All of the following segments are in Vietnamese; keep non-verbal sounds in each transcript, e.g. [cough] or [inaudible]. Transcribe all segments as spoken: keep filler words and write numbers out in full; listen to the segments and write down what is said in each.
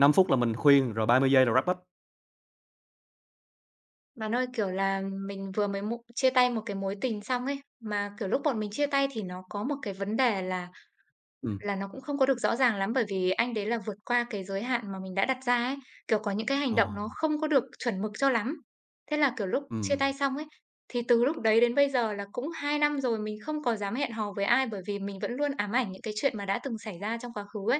năm phút là mình khuyên, rồi ba mươi giây là wrap up. Bạn ơi, kiểu là, mình vừa mới mu chia tay một cái mối tình xong ấy, mà, kiểu, lúc bọn mình chia tay thì nó có một cái vấn đề là Ừm, là nó cũng không có được rõ ràng lắm, bởi vì anh đấy là vượt qua cái giới hạn mà mình đã đặt ra ấy, kiểu, có những cái hành ờ, động nó không có được chuẩn mực cho lắm. Thế là, kiểu, lúc chia ừm, tay xong ấy, thì từ lúc đấy đến bây giờ là cũng hai năm rồi mình không có dám hẹn hò với ai, bởi vì mình vẫn luôn ám ảnh những cái chuyện mà đã từng xảy ra trong quá khứ ấy.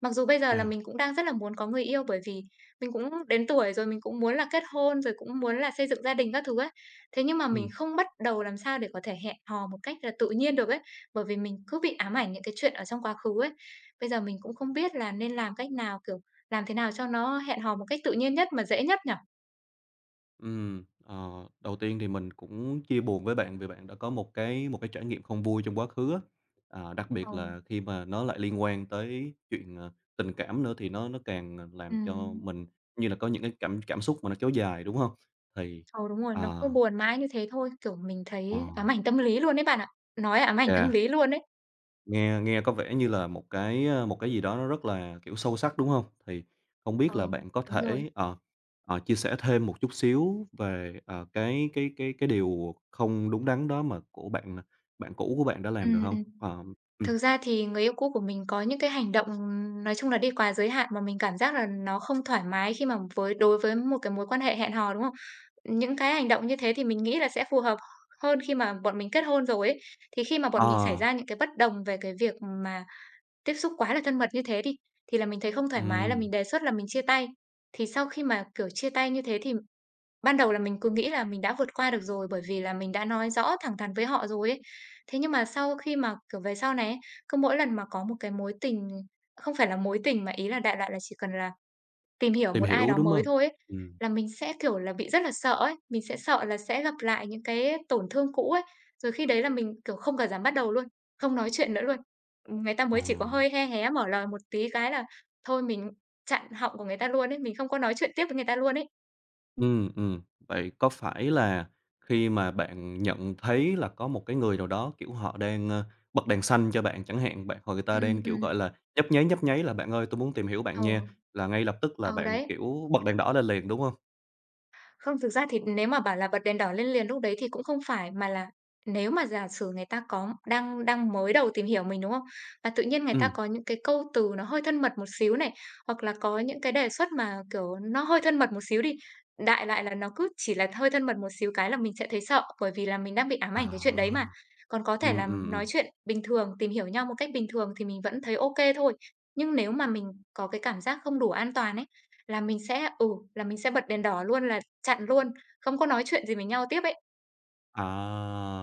Mặc dù bây giờ là yeah, mình cũng đang rất là muốn có người yêu, bởi vì mình cũng đến tuổi rồi, mình cũng muốn là kết hôn, rồi cũng muốn là xây dựng gia đình các thứ ấy. Thế nhưng mà mình ừm, không bắt đầu làm sao để có thể hẹn hò một cách là tự nhiên được ấy. Bởi vì mình cứ bị ám ảnh những cái chuyện ở trong quá khứ ấy. Bây giờ mình cũng không biết là nên làm cách nào, kiểu, làm thế nào cho nó hẹn hò một cách tự nhiên nhất mà dễ nhất nhở? ừm. Ờ, đầu tiên thì mình cũng chia buồn với bạn vì bạn đã có một cái một cái trải nghiệm không vui trong quá khứ á. À, đặc Ừ. biệt là khi mà nó lại liên quan tới chuyện, ờ, tình cảm nữa thì nó nó càng, ờ, làm cho Ừm, mình như là có những cái cảm cảm xúc mà nó kéo dài, đúng không? Thì ừ, đúng rồi, à, nó cứ buồn mãi như thế thôi, kiểu, mình ờ, thấy ám ảnh tâm lý luôn đấy bạn ạ. Nói là ám ảnh tâm yeah. lý luôn đấy. Nghe nghe có vẻ như là một cái, ơ, một cái gì đó nó rất là, kiểu, sâu sắc, đúng không? Thì không biết Ờ, là bạn có đúng rồi. thể, ờ, ờ, chia sẻ thêm một chút xíu về, ờ, cái cái cái cái điều không đúng đắn đó mà của bạn bạn cũ của bạn đã Ừ, làm được ừ. không? Ờ, ừm, Thực ra thì người yêu cũ của mình có những cái hành động, nói chung là đi quá giới hạn mà mình cảm giác là nó không thoải mái khi mà với đối với một cái mối quan hệ hẹn hò, đúng không? Những cái hành động như thế thì mình nghĩ là sẽ phù hợp hơn khi mà bọn mình kết hôn rồi ấy. Thì khi mà bọn mình xảy ờ, ra những cái bất đồng về cái việc mà tiếp xúc quá là thân mật như thế đi, thì là mình thấy không thoải mái là ừm, mình đề xuất là mình chia tay. Thì sau khi mà, kiểu, chia tay như thế thì ban đầu là mình cứ nghĩ là mình đã vượt qua được rồi, bởi vì là mình đã nói rõ thẳng thắn với họ rồi ấy. Thế nhưng mà sau khi mà, kiểu, về sau này ấy, cứ mỗi lần mà có một cái mối tình, không phải là mối tình mà ý là đại loại là chỉ cần là tìm hiểu tìm một ai hiểu, đó đúng mới không? thôi ấy, Ừm, là mình sẽ, kiểu là, bị rất là sợ ấy. Mình sẽ sợ là sẽ gặp lại những cái tổn thương cũ ấy, rồi khi đấy là mình, kiểu, không cả dám bắt đầu luôn, không nói chuyện nữa luôn. Người ta ờ. mới chỉ có hơi he hé mở lời một tí cái là thôi mình chặn họng của người ta luôn ấy, mình không có nói chuyện tiếp với người ta luôn ấy. Ừm, ừ Vậy có phải là khi mà bạn nhận thấy là có một cái người nào đó, kiểu, họ đang, ơ, bật đèn xanh cho bạn chẳng hạn, bạn hoặc người ta Ừm, đang, kiểu, ừm, gọi là, nhấp nháy, nhấp nháy là "Bạn ơi, tôi muốn tìm hiểu bạn ừ. nha", là ngay lập tức là Ờ, bạn, đấy. kiểu, bật đèn đỏ lên liền, đúng không? Không, thực ra thì nếu mà bảo là bật đèn đỏ lên liền lúc đấy thì cũng không phải, mà là nếu mà giả sử người ta có đang đang mới đầu tìm hiểu mình, đúng không? Mà tự nhiên người ta ừ có những cái câu từ nó hơi thân mật một xíu này, hoặc là có những cái đề xuất mà, kiểu, nó hơi thân mật một xíu đi, đại lại là nó cứ chỉ là hơi thân mật một xíu cái là mình sẽ thấy sợ, bởi vì là mình đang bị ám ảnh cái chuyện đấy mà. à, Còn có ừ thể là ừm, nói ừm. chuyện bình thường, tìm hiểu nhau một cách bình thường thì mình vẫn thấy ok thôi. Nhưng nếu mà mình có cái cảm giác không đủ an toàn ấy, là mình sẽ ừ, là mình sẽ bật đèn đỏ luôn, là chặn luôn, không có nói chuyện gì với nhau tiếp ấy. À,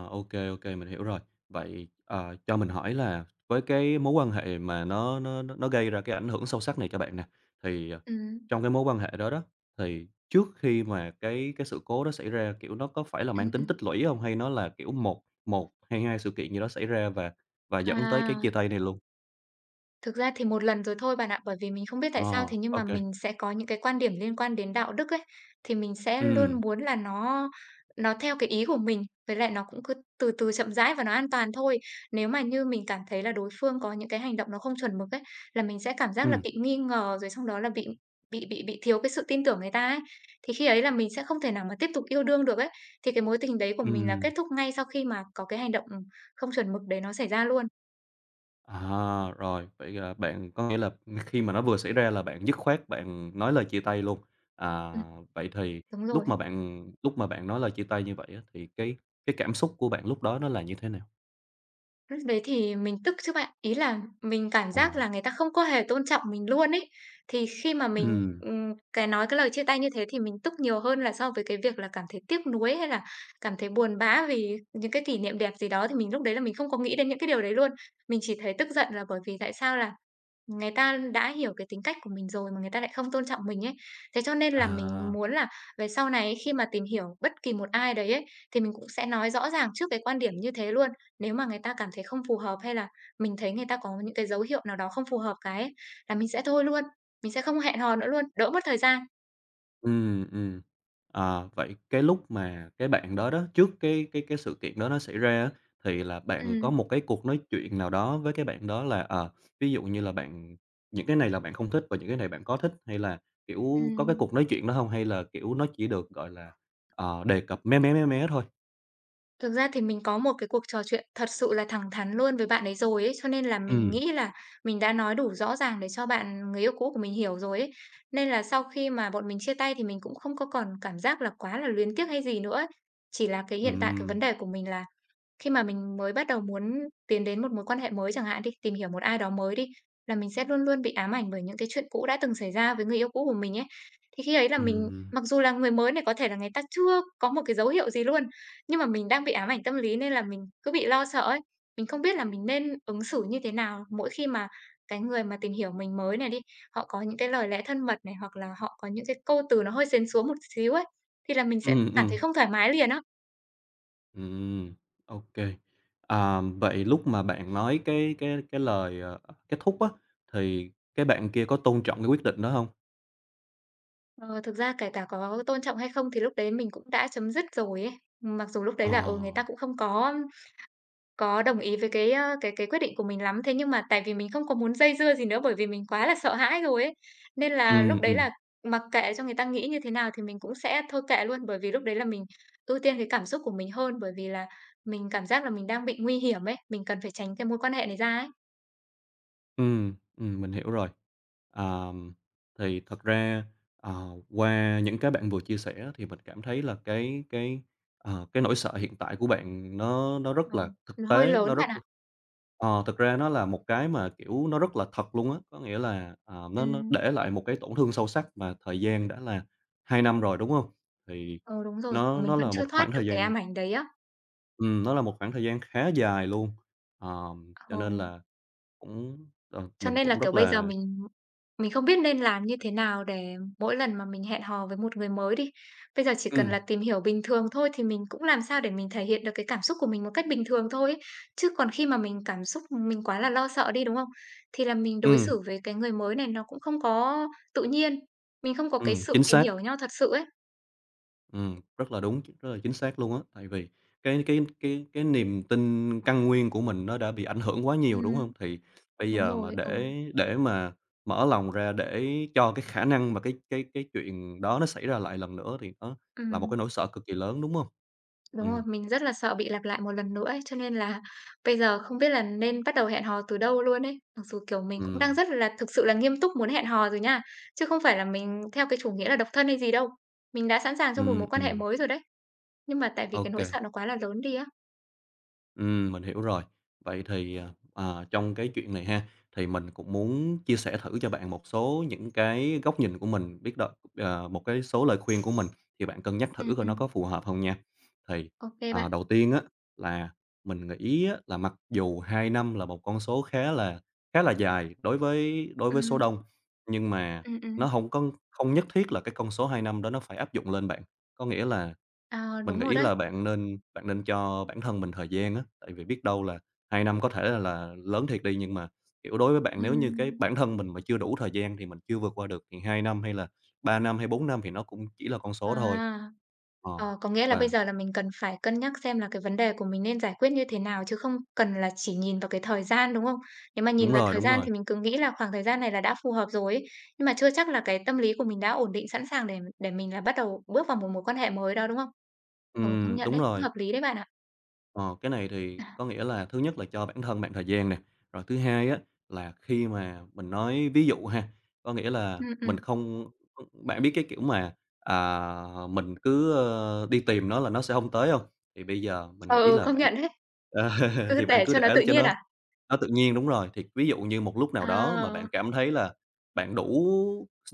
ok, ok, mình hiểu rồi. Vậy, ờ, cho mình hỏi là với cái mối quan hệ mà nó nó nó nó gây ra cái ảnh hưởng sâu sắc này cho bạn nè, thì, ờ, Ừm, trong cái mối quan hệ đó đó, thì trước khi mà cái cái sự cố đó xảy ra, kiểu, nó có phải là ừm, mang tính ừm. tích lũy không? Hay nó là, kiểu, một một hay hai sự kiện gì đó xảy ra và và dẫn tới cái chia À. tay này luôn? Thực ra thì một lần rồi thôi bạn ạ, bởi vì mình không biết Ờ, tại sao thế nhưng ô mà kê. mình sẽ có những cái quan điểm liên quan đến đạo đức ấy, thì mình sẽ luôn Ừm, muốn là nó nó theo cái ý của mình, với lại nó cũng cứ từ từ chậm rãi và nó an toàn thôi. Nếu mà như mình cảm thấy là đối phương có những cái hành động nó không chuẩn mực ấy, là mình sẽ cảm giác là ừm, bị nghi ngờ, rồi xong đó là bị bị bị bị thiếu cái sự tin tưởng người ta ấy. Thì khi ấy là mình sẽ không thể nào mà tiếp tục yêu đương được ấy, thì cái mối tình đấy của mình là kết thúc ngay sau khi mà có cái hành động không chuẩn mực đấy nó xảy ra luôn. À, rồi, vậy là bạn có nghĩa là khi mà nó vừa xảy ra là bạn dứt khoát bạn nói lời chia tay luôn. À, Ừm, vậy thì đúng rồi. lúc mà bạn lúc mà bạn nói lời chia tay như vậy á, thì cái cái cảm xúc của bạn lúc đó nó là như thế nào? Lúc đấy thì mình tức chứ bạn. Ý là mình cảm Ồ. giác là người ta không có hề tôn trọng mình luôn ấy. Thì khi mà mình, Ừm, ừm, cái nói cái lời chia tay như thế thì mình tức nhiều hơn là so với cái việc là cảm thấy tiếc nuối, hay là cảm thấy buồn bã vì những cái kỷ niệm đẹp gì đó, thì mình lúc đấy là mình không có nghĩ đến những cái điều đấy luôn. Mình chỉ thấy tức giận là bởi vì tại sao là người ta đã hiểu cái tính cách của mình rồi mà người ta lại không tôn trọng mình ấy. Thế cho nên là mình à. muốn là về sau này ấy, khi mà tìm hiểu bất kỳ một ai đấy ấy, thì mình cũng sẽ nói rõ ràng trước cái quan điểm như thế luôn. Nếu mà người ta cảm thấy không phù hợp hay là mình thấy người ta có những cái dấu hiệu nào đó không phù hợp cái ấy, là mình sẽ thôi luôn, mình sẽ không hẹn hò nữa luôn, đỡ mất thời gian. Ừm, ừm. Ờ, vậy cái lúc mà cái bạn đó đó, trước cái cái cái sự kiện đó nó xảy ra á, thì là bạn có Ừm, một cái cuộc nói chuyện nào đó với cái bạn đó là, ờ, ví dụ như là bạn những cái này là bạn không thích và những cái này bạn có thích, hay là, kiểu, có cái ừm. cuộc nói chuyện đó hông? Hay là, kiểu, nó chỉ được, gọi là, ờ, đề cập mé mé, mé mé thôi? Thực ra thì mình có một cái cuộc trò chuyện thật sự là thẳng thắn luôn với bạn ấy rồi ấy, cho nên là mình Ừm. nghĩ là mình đã nói đủ rõ ràng để cho bạn người yêu cũ của mình hiểu rồi ấy. Nên là sau khi mà bọn mình chia tay thì mình cũng không có còn cảm giác là quá là luyến tiếc hay gì nữa ấy. Chỉ là cái hiện tại cái vấn Ừm, đề của mình là khi mà mình mới bắt đầu muốn tiến đến một mối quan hệ mới chẳng hạn đi, tìm hiểu một ai đó mới đi, là mình sẽ luôn luôn bị ám ảnh bởi những cái chuyện cũ đã từng xảy ra với người yêu cũ của mình ấy. Thì khi ấy là mình, ừm, mặc dù là người mới này có thể là người ta chưa có một cái dấu hiệu gì luôn, nhưng mà mình đang bị ám ảnh tâm lý nên là mình cứ bị lo sợ ấy. Mình không biết là mình nên ứng xử như thế nào mỗi khi mà cái người mà tìm hiểu mình mới này đi, họ có những cái lời lẽ thân mật này, hoặc là họ có những cái câu từ nó hơi sến súa một xíu ấy, thì là mình sẽ ừm, cảm ừm. thấy không thoải mái liền á. Ừm, OK. À, vậy lúc mà bạn nói cái cái cái lời, ờ, kết thúc á, thì cái bạn kia có tôn trọng cái quyết định đó không? Ờ, thực ra kể cả có tôn trọng hay không thì lúc đấy mình cũng đã chấm dứt rồi ấy. Mặc dù lúc Ờ, đấy là, ừ, người ta cũng không có có đồng ý với cái, ơ, cái cái quyết định của mình lắm, thế nhưng mà tại vì mình không có muốn dây dưa gì nữa bởi vì mình quá là sợ hãi rồi ấy, nên ừ. là lúc đấy ừm. là mặc kệ cho người ta nghĩ như thế nào thì mình cũng sẽ thôi kệ luôn. Bởi vì lúc đấy là mình ưu tiên cái cảm xúc của mình hơn, bởi vì là mình cảm giác là mình đang bị nguy hiểm ấy, mình cần phải tránh cái mối quan hệ này ra ấy. Ừm, ừm, mình hiểu rồi. Ờm, thì thật ra, ờ, qua những cái bạn vừa chia sẻ thì mình cảm thấy là cái cái, ờ, cái nỗi sợ hiện tại của bạn nó nó rất Ờ, là thực nó hơi tế, nó lớn rất bạn ạ. ờ, thực ra nó là một cái mà, kiểu, nó rất là thật luôn á. Có nghĩa là, ờ, nó nó Ừm, ừ. để lại một cái tổn thương sâu sắc mà thời gian đã là hai năm rồi, đúng không? Thì Ờ, đúng rồi, nó mình nó vẫn là chưa một thoát khoảng được thời cái gian ám ảnh đấy á. ừm, nó là một khoảng thời gian khá dài luôn. Ờm, cho nên Ừ. là cũng, ờ, Cho mình nên là, cũng kiểu, rất bây giờ là mình mình không biết nên làm như thế nào để mỗi lần mà mình hẹn hò với một người mới đi, bây giờ chỉ cần là Ừm, tìm hiểu bình thường thôi thì mình cũng làm sao để mình thể hiện được cái cảm xúc của mình một cách bình thường thôi ấy. Chứ còn khi mà mình cảm xúc mình quá là lo sợ đi, đúng không? Thì là mình đối ừm, xử với cái người mới này nó cũng không có tự nhiên, mình không có cái ừm, sự chính tìm xác, hiểu nhau thật sự ấy. ừm, rất là đúng, rất là chính xác luôn á. Tại vì cái cái cái cái niềm tin căn nguyên của mình nó đã bị ảnh hưởng quá nhiều, đúng hông? Ừm, Thì bây đúng giờ mà rồi, ừ, để để mà mở lòng ra để cho cái khả năng mà cái cái cái chuyện đó nó xảy ra lại lần nữa thì nó là một cái ừm. nỗi sợ cực kỳ lớn, đúng hông? Đúng rồi, Ừm, mình rất là sợ bị lặp lại một lần nữa ấy, cho nên là bây giờ không biết là nên bắt đầu hẹn hò từ đâu luôn ấy. Mặc dù, kiểu, mình cũng đang ừm, rất là thực sự là nghiêm túc muốn hẹn hò rồi nha, chứ không phải là mình theo cái chủ nghĩa là độc thân hay gì đâu. Mình đã sẵn sàng cho một ừm, mối quan hệ ừm, mới rồi đấy, nhưng mà tại vì ô cái nỗi kê. sợ nó quá là lớn đi á. Ừm, mình hiểu rồi. Vậy thì, à, à, trong cái chuyện này ha, thì mình cũng muốn chia sẻ thử cho bạn một số những cái góc nhìn của mình, biết đâu ờ, một cái số lời khuyên của mình thì bạn cân nhắc thử Ừm, coi nó ừm, có phù hợp không nha. Thì, ô ờ, bạn. đầu tiên á, là mình nghĩ á, là mặc dù hai năm là một con số khá là khá là dài đối với đối với số Ừm, đông, nhưng mà ừm, nó ừm, không có không nhất thiết là cái con số hai năm đó nó phải áp dụng lên bạn. Có nghĩa là ờ, mình đúng rồi nghĩ đấy. là bạn nên bạn nên cho bản thân mình thời gian á, tại vì biết đâu là hai năm có thể là là lớn thiệt đi, nhưng mà, kiểu, đối với bạn nếu như cái Ừm, bản thân mình mà chưa đủ thời gian thì mình chưa vượt qua được thì hai năm hay là ba năm hay bốn năm thì nó cũng chỉ là con số thôi. à. Ờ, Ờ, có nghĩa là bây và giờ là mình cần phải cân nhắc xem là cái vấn đề của mình nên giải quyết như thế nào chứ không cần là chỉ nhìn vào cái thời gian, đúng không? Nếu mà nhìn đúng vào rồi, thời đúng gian rồi. thì mình cứ nghĩ là khoảng thời gian này là đã phù hợp rồi ấy, nhưng mà chưa chắc là cái tâm lý của mình đã ổn định sẵn sàng để để mình là bắt đầu bước vào một mối quan hệ mới đó, đúng không? Ừ, công Ừm, nhận đúng đấy, cũng rồi. hợp lý đấy bạn ạ. Ờ, cái này thì có [laughs] nghĩa là thứ nhất là cho bản thân bạn thời gian nè, rồi thứ hai á là khi mà mình nói ví dụ ha, có nghĩa là Ừ ừ. mình không bạn biết cái kiểu mà, à, mình cứ, ơ, đi tìm nó là nó sẽ không tới không? Thì bây giờ mình Ờ nghĩ ừ, là công bạn [laughs] nhận đấy, cứ thì bạn để cứ cho nó để tự cho nhiên nó à? nó tự nhiên đúng rồi, thì ví dụ như một lúc nào đó mà bạn À, cảm thấy là bạn đủ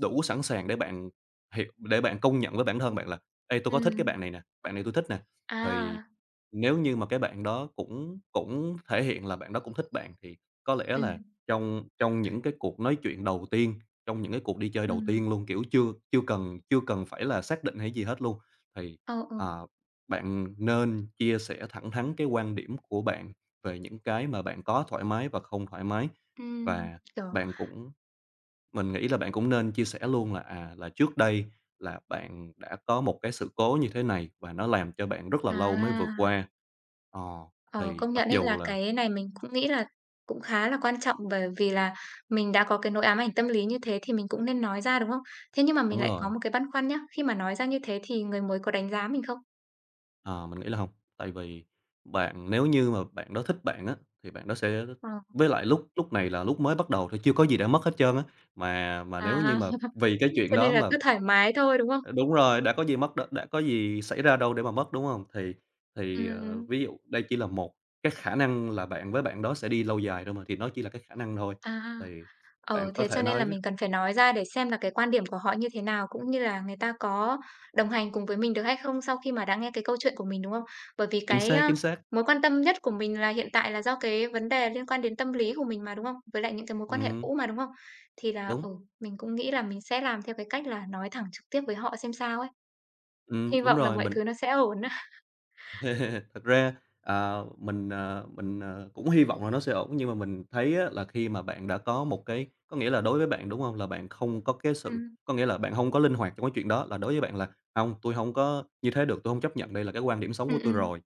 đủ sẵn sàng để bạn hiểu để bạn công nhận với bản thân bạn là "Ê, tôi có thích cái bạn ừm, này nè, bạn này tôi thích nè." Thì à, nếu như mà cái bạn đó cũng cũng thể hiện là bạn đó cũng thích bạn thì có lẽ ừ. là trong trong những cái cuộc nói chuyện đầu tiên, trong những cái cuộc đi chơi Ừ. đầu tiên luôn, kiểu, chưa chưa cần chưa cần phải là xác định hay gì hết luôn, thì, Ờ ừ, ờ, bạn nên chia sẻ thẳng thắn cái quan điểm của bạn về những cái mà bạn có thoải mái và không thoải mái. ừ, ừm, Và kiểu bạn cũng mình nghĩ là bạn cũng nên chia sẻ luôn là, à, là trước đây là bạn đã có một cái sự cố như thế này và nó làm cho bạn rất là lâu mới vượt à. qua. Ờ, Ờ, thì công mặc nhận ấy dù À. là là cái này mình cũng nghĩ là cũng khá là quan trọng bởi vì là mình đã có cái nỗi ám ảnh tâm lý như thế thì mình cũng nên nói ra, đúng không? Thế nhưng mà đúng mình lại rồi, có một cái băn khoăn nhá, khi mà nói ra như thế thì người mới có đánh giá mình không? ờ, mình nghĩ là không, tại vì bạn nếu như mà bạn đó thích bạn á, thì bạn đó sẽ Ờ. với lại lúc lúc này là lúc mới bắt đầu thì chưa có gì đã mất hết trơn á, mà mà nếu như À, mà [laughs] vì cái chuyện cho nên đó là mà cứ thoải mái thôi, đúng không? Ờ, đúng rồi, đã có gì mất đ đã có gì xảy ra đâu để mà mất, đúng hông? Thì thì, ờ, Ừm, ví dụ đây chỉ là một cái khả năng là bạn với bạn đó sẽ đi lâu dài thôi mà, thì nó chỉ là cái khả năng thôi. à. Thì bạn Ừ, có thế thể cho nên nói là với mình cần phải nói ra để xem là cái quan điểm của họ như thế nào, cũng như là người ta có đồng hành cùng với mình được hay không sau khi mà đã nghe cái câu chuyện của mình, đúng không? Bởi vì chính cái, xác, a, chính xác. mối quan tâm nhất của mình là hiện tại là do cái vấn đề liên quan đến tâm lý của mình mà, đúng không? Với lại những cái mối quan hệ Ừm, cũ mà, đúng không? Thì là, đúng, ừ, mình cũng nghĩ là mình sẽ làm theo cái cách là nói thẳng trực tiếp với họ xem sao ấy, ừm, hy đúng vọng là rồi, mọi mình thứ nó sẽ ổn á. [laughs] Thật ra, ờ, mình, ờ, mình, ờ, cũng hy vọng là nó sẽ ổn, nhưng mà mình thấy á là khi mà bạn đã có một cái có nghĩa là đối với bạn, đúng không? Là bạn không có cái sự Ừm, có nghĩa là bạn không có linh hoạt trong cái chuyện đó, là đối với bạn là không tôi không có như thế được, tôi không chấp nhận, đây là cái quan điểm sống của ừm, tôi ừm, rồi."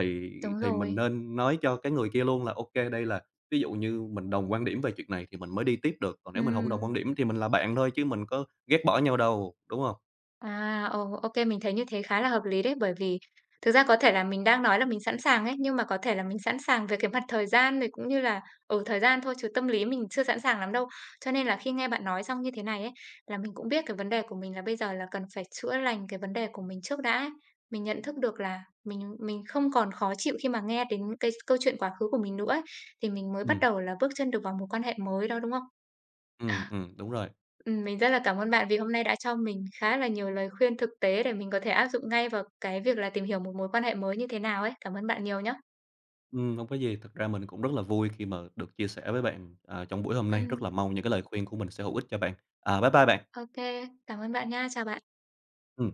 Thì đúng thì mình rồi, nên nói cho cái người kia luôn là ok đây là" ví dụ như mình đồng quan điểm về chuyện này thì mình mới đi tiếp được, còn nếu mình không đồng quan ừm. điểm thì mình là bạn thôi chứ mình có ghét bỏ nhau đâu, đúng không? À, ồ, ô mình thấy như thế khá là hợp lý đấy, bởi vì thực ra có thể là mình đang nói là mình sẵn sàng ấy, nhưng mà có thể là mình sẵn sàng về cái mặt thời gian rồi cũng như là ở thời gian thôi chứ tâm lý mình chưa sẵn sàng lắm đâu. Cho nên là khi nghe bạn nói xong như thế này ấy, là mình cũng biết cái vấn đề của mình là bây giờ là cần phải chữa lành cái vấn đề của mình trước đã ấy. Mình nhận thức được là mình mình không còn khó chịu khi mà nghe đến cái câu chuyện quá khứ của mình nữa ấy, thì mình mới bắt Ừm, đầu là bước chân được vào một quan hệ mới đó, đúng không? ừm, [laughs] ừm, đúng rồi. Ừm, mình rất là cảm ơn bạn vì hôm nay đã cho mình khá là nhiều lời khuyên thực tế để mình có thể áp dụng ngay vào cái việc là tìm hiểu một mối quan hệ mới như thế nào ấy. Cảm ơn bạn nhiều nhá. Ừm, hông có gì. Thực ra mình cũng rất là vui khi mà được chia sẻ với bạn, à, trong buổi hôm nay. Rất Ừm, là mong những cái lời khuyên của mình sẽ hữu ích cho bạn. À, bye bye bạn. ô cảm ơn bạn nha. Chào bạn. Ừm.